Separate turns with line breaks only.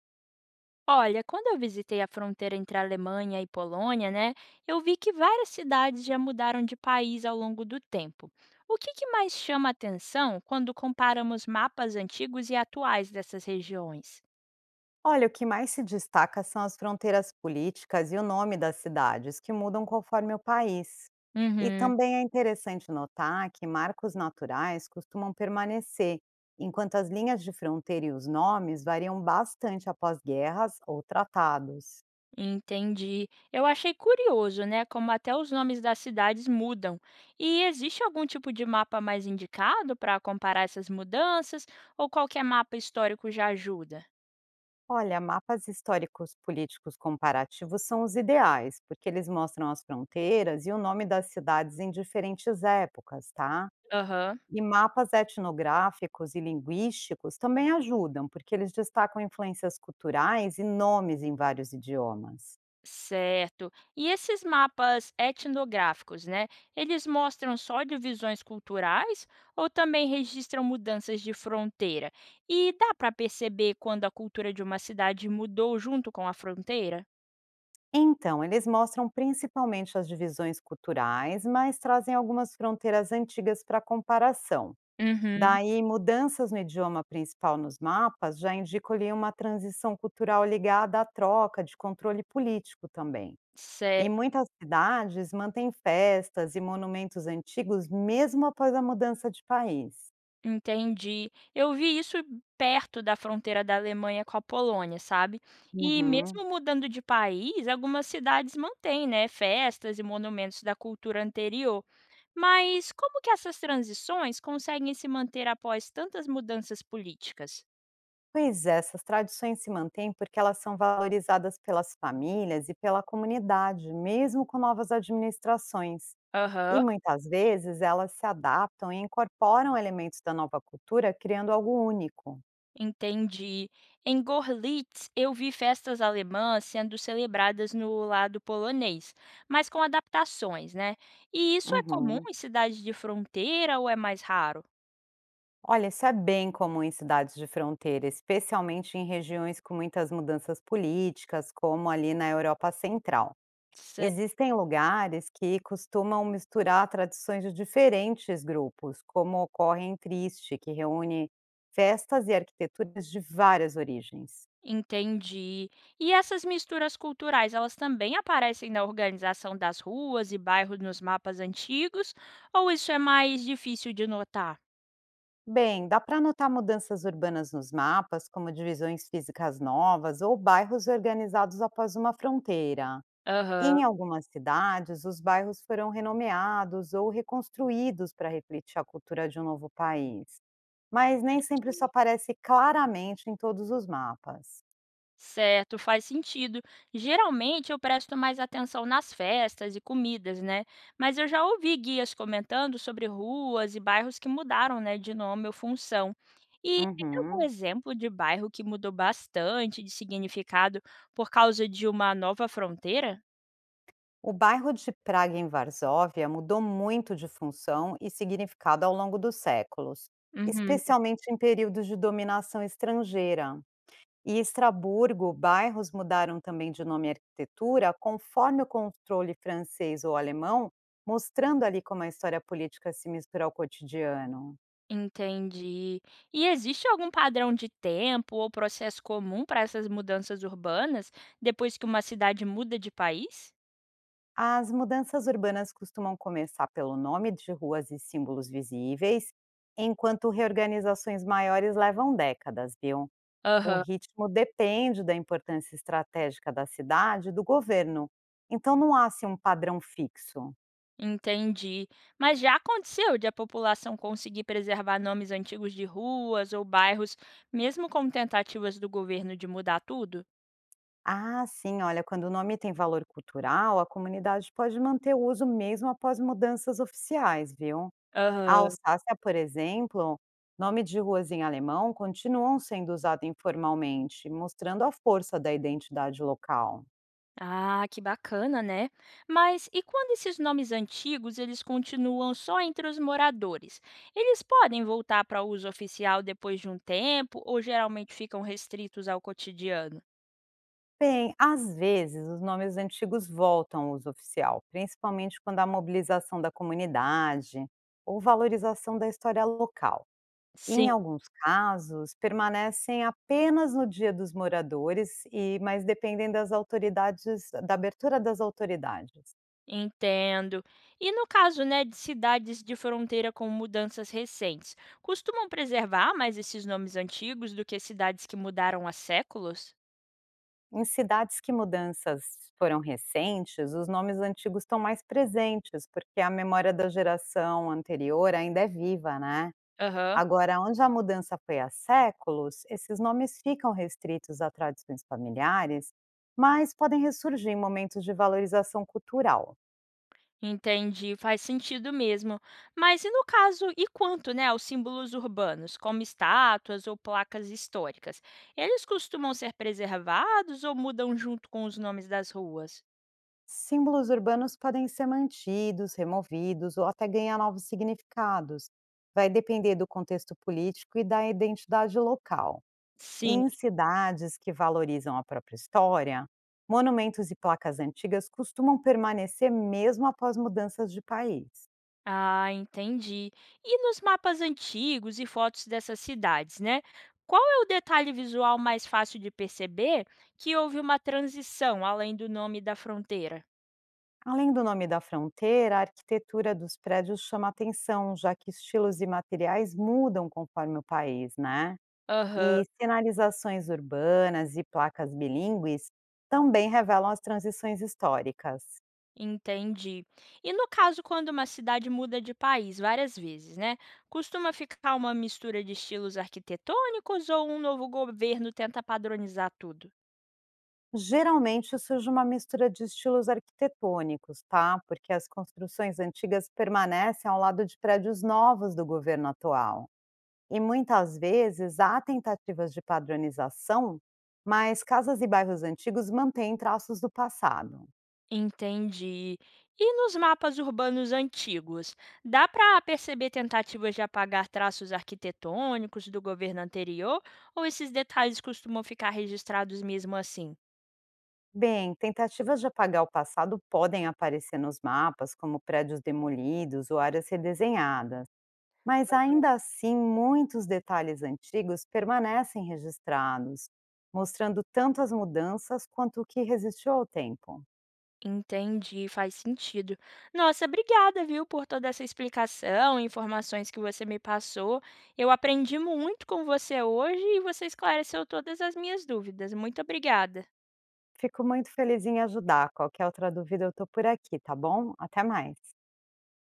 Olha, quando eu visitei a fronteira entre a Alemanha e Polônia, né, eu vi que várias cidades já mudaram de país ao longo do tempo. O que, que mais chama atenção quando comparamos mapas antigos e atuais dessas regiões?
Olha, o que mais se destaca são as fronteiras políticas e o nome das cidades, que mudam conforme o país. E
Uhum,
também é interessante notar que marcos naturais costumam permanecer, enquanto as linhas de fronteira e os nomes variam bastante após guerras ou tratados.
entendi. Eu achei curioso, né, como até os nomes das cidades mudam. E existe algum tipo de mapa mais indicado para comparar essas mudanças, ou qualquer mapa histórico já ajuda?
Olha, mapas históricos políticos comparativos são os ideais, porque eles mostram as fronteiras e o nome das cidades em diferentes épocas, tá?
Aham.
E mapas etnográficos e linguísticos também ajudam, porque eles destacam influências culturais e nomes em vários idiomas.
Certo. E esses mapas etnográficos, né? Eles mostram só divisões culturais ou também registram mudanças de fronteira? E dá para perceber quando a cultura de uma cidade mudou junto com a fronteira?
Então, eles mostram principalmente as divisões culturais, mas trazem algumas fronteiras antigas para comparação.
Uhum.
Daí, mudanças no idioma principal nos mapas já indicam ali uma transição cultural ligada à troca de controle político também. E
Certo.
muitas cidades mantêm festas e monumentos antigos mesmo após a mudança de país.
Entendi. Eu vi isso perto da fronteira da Alemanha com a Polônia, sabe? E
Uhum.
mesmo mudando de país, algumas cidades mantêm, né, festas e monumentos da cultura anterior. Mas como que essas transições conseguem se manter após tantas mudanças políticas?
Pois é, essas tradições se mantêm porque elas são valorizadas pelas famílias e pela comunidade, mesmo com novas administrações. E
Aham,
muitas vezes elas se adaptam e incorporam elementos da nova cultura, criando algo único.
entendi. Em Gorlitz, eu vi festas alemãs sendo celebradas no lado polonês, mas com adaptações, né? E isso é comum
Uhum.
em cidades de fronteira ou é mais raro?
Olha, isso é bem comum em cidades de fronteira, especialmente em regiões com muitas mudanças políticas, como ali na Europa Central.
Cê-
Existem lugares que costumam misturar tradições de diferentes grupos, como ocorre em Triste, que reúne festas e arquiteturas de várias origens.
Entendi. E essas misturas culturais, elas também aparecem na organização das ruas e bairros nos mapas antigos, ou isso é mais difícil de notar?
Bem, dá para notar mudanças urbanas nos mapas, como divisões físicas novas ou bairros organizados após uma fronteira.
Aham.
Em algumas cidades, os bairros foram renomeados ou reconstruídos para refletir a cultura de um novo país, mas nem sempre isso aparece claramente em todos os mapas.
Certo, faz sentido. Geralmente eu presto mais atenção nas festas e comidas, né? Mas eu já ouvi guias comentando sobre ruas e bairros que mudaram, né, de nome ou função. E tem algum
Uhum.
exemplo de bairro que mudou bastante de significado por causa de uma nova fronteira?
O bairro de Praga em Varsóvia mudou muito de função e significado ao longo dos séculos,
Uhum,
especialmente em períodos de dominação estrangeira. E Estraburgo, bairros mudaram também de nome e arquitetura conforme o controle francês ou alemão, mostrando ali como a história política se mistura ao cotidiano.
entendi. E existe algum padrão de tempo ou processo comum para essas mudanças urbanas depois que uma cidade muda de país?
As mudanças urbanas costumam começar pelo nome de ruas e símbolos visíveis, enquanto reorganizações maiores levam décadas, viu? O
Aham.
ritmo depende da importância estratégica da cidade e do governo, então não há assim, um padrão fixo.
Entendi. Mas já aconteceu de a população conseguir preservar nomes antigos de ruas ou bairros, mesmo com tentativas do governo de mudar tudo?
Ah, sim, olha, quando o nome tem valor cultural, a comunidade pode manter o uso mesmo após mudanças oficiais, viu? A
Aham.
Alsácia, por exemplo, nome de ruas em alemão continuam sendo usados informalmente, mostrando a força da identidade local.
Ah, que bacana, né? Mas e quando esses nomes antigos eles continuam só entre os moradores? Eles podem voltar para uso oficial depois de um tempo ou geralmente ficam restritos ao cotidiano?
Bem, às vezes os nomes antigos voltam ao uso oficial, principalmente quando há mobilização da comunidade ou valorização da história local. Em
Sim.
alguns casos, permanecem apenas no Dia dos Moradores e mas dependem das autoridades da abertura das autoridades.
Entendo. E no caso, né, de cidades de fronteira com mudanças recentes, costumam preservar mais esses nomes antigos do que cidades que mudaram há séculos?
Em cidades que mudanças foram recentes, os nomes antigos estão mais presentes, porque a memória da geração anterior ainda é viva, né?
Aham.
Agora, onde a mudança foi há séculos, esses nomes ficam restritos a tradições familiares, mas podem ressurgir em momentos de valorização cultural.
Entendi, faz sentido mesmo. Mas e no caso, e quanto, né, aos símbolos urbanos, como estátuas ou placas históricas? Eles costumam ser preservados ou mudam junto com os nomes das ruas?
Símbolos urbanos podem ser mantidos, removidos ou até ganhar novos significados. Vai depender do contexto político e da identidade local. E
Sim.
em cidades que valorizam a própria história, monumentos e placas antigas costumam permanecer mesmo após mudanças de país.
Ah, entendi. E nos mapas antigos e fotos dessas cidades, né? Qual é o detalhe visual mais fácil de perceber que houve uma transição além do nome da fronteira?
Além do nome da fronteira, a arquitetura dos prédios chama atenção, já que estilos e materiais mudam conforme o país, né?
Aham,
E sinalizações urbanas e placas bilíngues também revelam as transições históricas.
entendi. E no caso, quando uma cidade muda de país várias vezes, né? Costuma ficar uma mistura de estilos arquitetônicos ou um novo governo tenta padronizar tudo?
Geralmente surge uma mistura de estilos arquitetônicos, tá? Porque as construções antigas permanecem ao lado de prédios novos do governo atual. E muitas vezes há tentativas de padronização, mas casas e bairros antigos mantêm traços do passado.
Entendi. E nos mapas urbanos antigos, dá para perceber tentativas de apagar traços arquitetônicos do governo anterior ou esses detalhes costumam ficar registrados mesmo assim?
Bem, tentativas de apagar o passado podem aparecer nos mapas, como prédios demolidos ou áreas redesenhadas, mas ainda assim muitos detalhes antigos permanecem registrados, mostrando tanto as mudanças quanto o que resistiu ao tempo.
Entendi, faz sentido. Nossa, obrigada, viu, por toda essa explicação, informações que você me passou. Eu aprendi muito com você hoje e você esclareceu todas as minhas dúvidas. Muito obrigada.
Fico muito feliz em ajudar. Qualquer outra dúvida, eu estou por aqui, tá bom? Até mais.